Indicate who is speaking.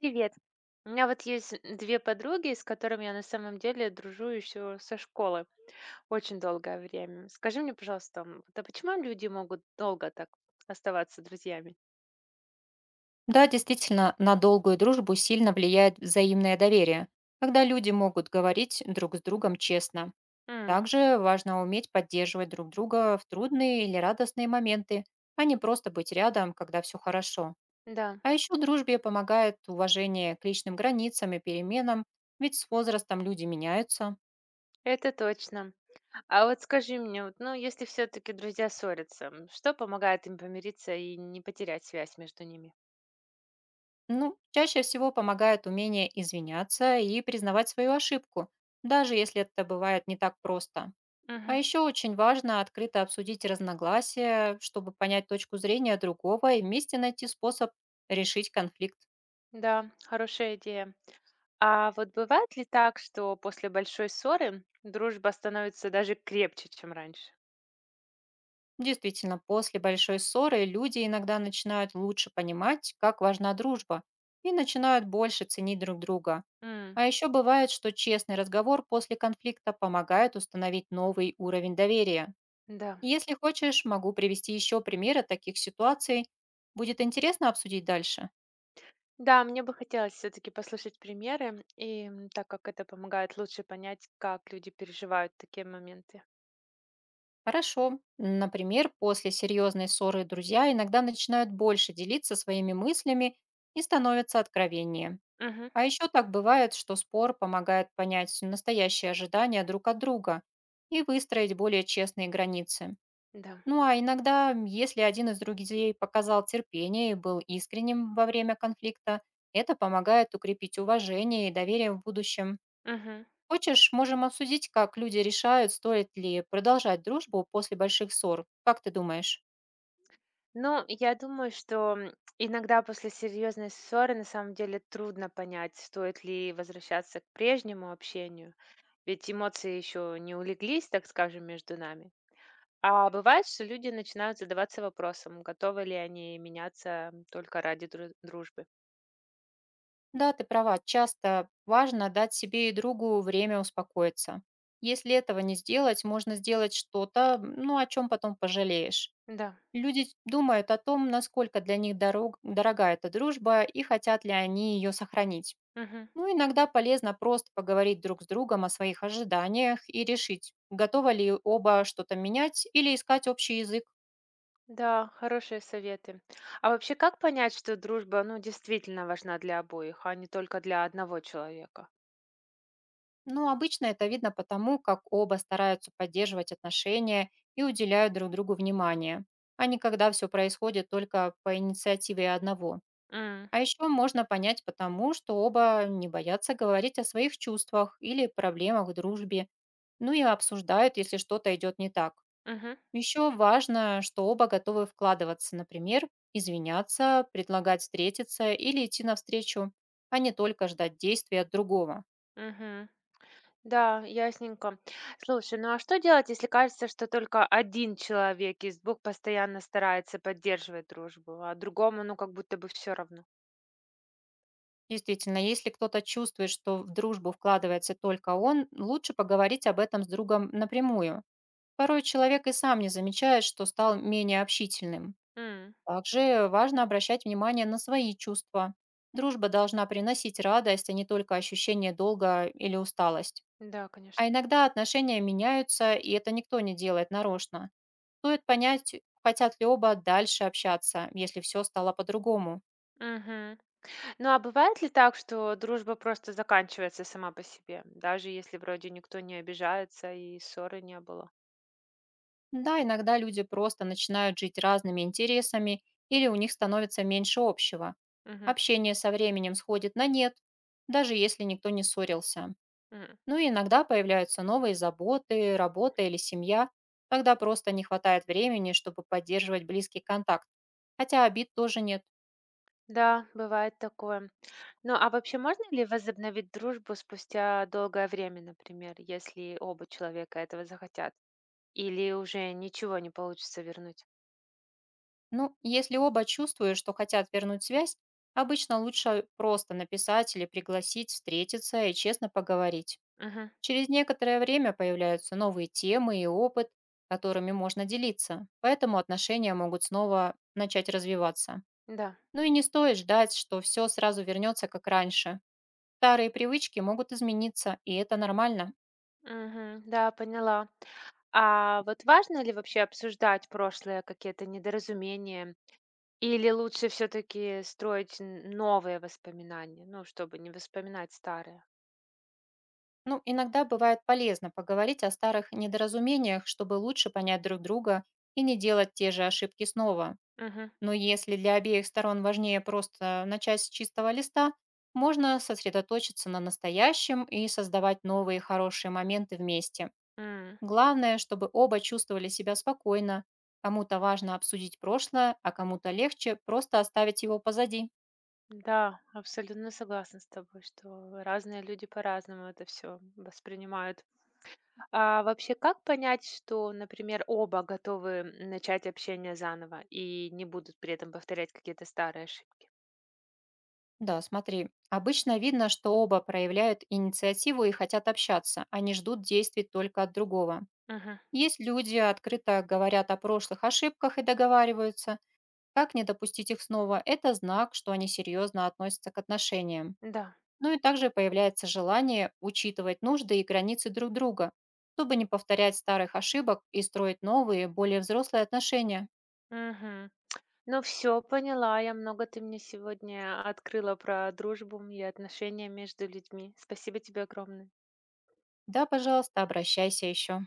Speaker 1: Привет. У меня вот есть две подруги, с которыми я на самом деле дружу еще со школы очень долгое время. Скажи мне, пожалуйста, да почему люди могут долго так оставаться друзьями?
Speaker 2: Да, действительно, на долгую дружбу сильно влияет взаимное доверие, когда люди могут говорить друг с другом честно.
Speaker 1: М,
Speaker 2: Также важно уметь поддерживать друг друга в трудные или радостные моменты, а не просто быть рядом, когда все хорошо.
Speaker 1: да,
Speaker 2: А еще дружбе помогает уважение к личным границам и переменам, ведь с возрастом люди меняются.
Speaker 1: это точно. А вот скажи мне, вот, ну, если все-таки друзья ссорятся, что помогает им помириться и не потерять связь между ними?
Speaker 2: Ну, чаще всего помогает умение извиняться и признавать свою ошибку, даже если это бывает не так просто. А
Speaker 1: Мгм.
Speaker 2: еще очень важно открыто обсудить разногласия, чтобы понять точку зрения другого и вместе найти способ решить конфликт.
Speaker 1: Да, хорошая идея. А вот бывает ли так, что после большой ссоры дружба становится даже крепче, чем раньше?
Speaker 2: Действительно, после большой ссоры люди иногда начинают лучше понимать, как важна дружба, и начинают больше ценить друг друга.
Speaker 1: М,
Speaker 2: А еще бывает, что честный разговор после конфликта помогает установить новый уровень доверия.
Speaker 1: да.
Speaker 2: Если хочешь, могу привести еще примеры таких ситуаций. Будет интересно обсудить дальше.
Speaker 1: Да, мне бы хотелось все-таки послушать примеры, и так как это помогает лучше понять, как люди переживают такие моменты.
Speaker 2: Хорошо. Например, после серьезной ссоры друзья иногда начинают больше делиться своими мыслями и становятся откровеннее.
Speaker 1: Мгм,
Speaker 2: А еще так бывает, что спор помогает понять настоящие ожидания друг от друга и выстроить более честные границы.
Speaker 1: да.
Speaker 2: Ну а иногда, если один из друзей показал терпение и был искренним во время конфликта, это помогает укрепить уважение и доверие в будущем.
Speaker 1: Мгм.
Speaker 2: Хочешь, можем обсудить, как люди решают, стоит ли продолжать дружбу после больших ссор. Как ты думаешь?
Speaker 1: Ну, я думаю, что иногда после серьезной ссоры на самом деле трудно понять, стоит ли возвращаться к прежнему общению, ведь эмоции еще не улеглись, так скажем, между нами. А бывает, что люди начинают задаваться вопросом, готовы ли они меняться только ради дружбы.
Speaker 2: Да, ты права. Часто важно дать себе и другу время успокоиться. Если этого не сделать, можно сделать что-то, ну, о чем потом пожалеешь.
Speaker 1: Да.
Speaker 2: Люди думают о том, насколько для них дорога эта дружба и хотят ли они ее сохранить.
Speaker 1: Мгм.
Speaker 2: Ну, иногда полезно просто поговорить друг с другом о своих ожиданиях и решить, готовы ли оба что-то менять или искать общий язык.
Speaker 1: Да, хорошие советы. А вообще, как понять, что дружба, ну, действительно важна для обоих, а не только для одного человека?
Speaker 2: Ну, обычно это видно потому, как оба стараются поддерживать отношения и уделяют друг другу внимание, а не когда все происходит только по инициативе одного.
Speaker 1: М,
Speaker 2: А еще можно понять потому, что оба не боятся говорить о своих чувствах или проблемах в дружбе, ну и обсуждают, если что-то идет не так.
Speaker 1: мгм,
Speaker 2: Еще важно, что оба готовы вкладываться, например, извиняться, предлагать встретиться или идти навстречу, а не только ждать действий от другого.
Speaker 1: мгм. Да, ясненько. Слушай, ну а что делать, если кажется, что только один человек из двух постоянно старается поддерживать дружбу, а другому, ну, как будто бы все равно?
Speaker 2: Действительно, если кто-то чувствует, что в дружбу вкладывается только он, лучше поговорить об этом с другом напрямую. Порой человек и сам не замечает, что стал менее общительным.
Speaker 1: М,
Speaker 2: Также важно обращать внимание на свои чувства. Дружба должна приносить радость, а не только ощущение долга или усталость.
Speaker 1: да, конечно.
Speaker 2: А иногда отношения меняются, и это никто не делает нарочно. Стоит понять, хотят ли оба дальше общаться, если все стало по-другому.
Speaker 1: Мгм. Ну а бывает ли так, что дружба просто заканчивается сама по себе, даже если вроде никто не обижается и ссоры не было?
Speaker 2: Да, иногда люди просто начинают жить разными интересами или у них становится меньше общего.
Speaker 1: Мгм.
Speaker 2: Общение со временем сходит на нет, даже если никто не ссорился.
Speaker 1: М.
Speaker 2: Ну и иногда появляются новые заботы, работа или семья. Тогда просто не хватает времени, чтобы поддерживать близкий контакт. Хотя обид тоже нет.
Speaker 1: Да, бывает такое. Ну, а вообще можно ли возобновить дружбу спустя долгое время, например, если оба человека этого захотят? Или уже ничего не получится вернуть?
Speaker 2: Ну, если оба чувствуют, что хотят вернуть связь, обычно лучше просто написать или пригласить встретиться и честно поговорить.
Speaker 1: Мгм.
Speaker 2: Через некоторое время появляются новые темы и опыт, которыми можно делиться, поэтому отношения могут снова начать развиваться.
Speaker 1: Да.
Speaker 2: Ну и не стоит ждать, что все сразу вернется как раньше. Старые привычки могут измениться, и это нормально.
Speaker 1: Мгм. Да, поняла. А вот важно ли вообще обсуждать прошлое, какие-то недоразумения? Или лучше все-таки строить новые воспоминания, ну, чтобы не воспоминать старые?
Speaker 2: Ну, иногда бывает полезно поговорить о старых недоразумениях, чтобы лучше понять друг друга и не делать те же ошибки снова.
Speaker 1: Мгм.
Speaker 2: Но если для обеих сторон важнее просто начать с чистого листа, можно сосредоточиться на настоящем и создавать новые хорошие моменты вместе.
Speaker 1: М.
Speaker 2: Главное, чтобы оба чувствовали себя спокойно. Кому-то важно обсудить прошлое, а кому-то легче просто оставить его позади.
Speaker 1: Да, абсолютно согласна с тобой, что разные люди по-разному это все воспринимают. А вообще, как понять, что, например, оба готовы начать общение заново и не будут при этом повторять какие-то старые ошибки?
Speaker 2: Да, смотри, обычно видно, что оба проявляют инициативу и хотят общаться, а не ждут действий только от другого.
Speaker 1: Мгм.
Speaker 2: Есть люди, открыто говорят о прошлых ошибках и договариваются, как не допустить их снова? Это знак, что они серьезно относятся к отношениям.
Speaker 1: Да.
Speaker 2: Ну и также появляется желание учитывать нужды и границы друг друга, чтобы не повторять старых ошибок и строить новые, более взрослые отношения.
Speaker 1: Мгм. Ну все, поняла. Я много ты мне сегодня открыла про дружбу и отношения между людьми. Спасибо тебе огромное.
Speaker 2: Да, пожалуйста, обращайся еще.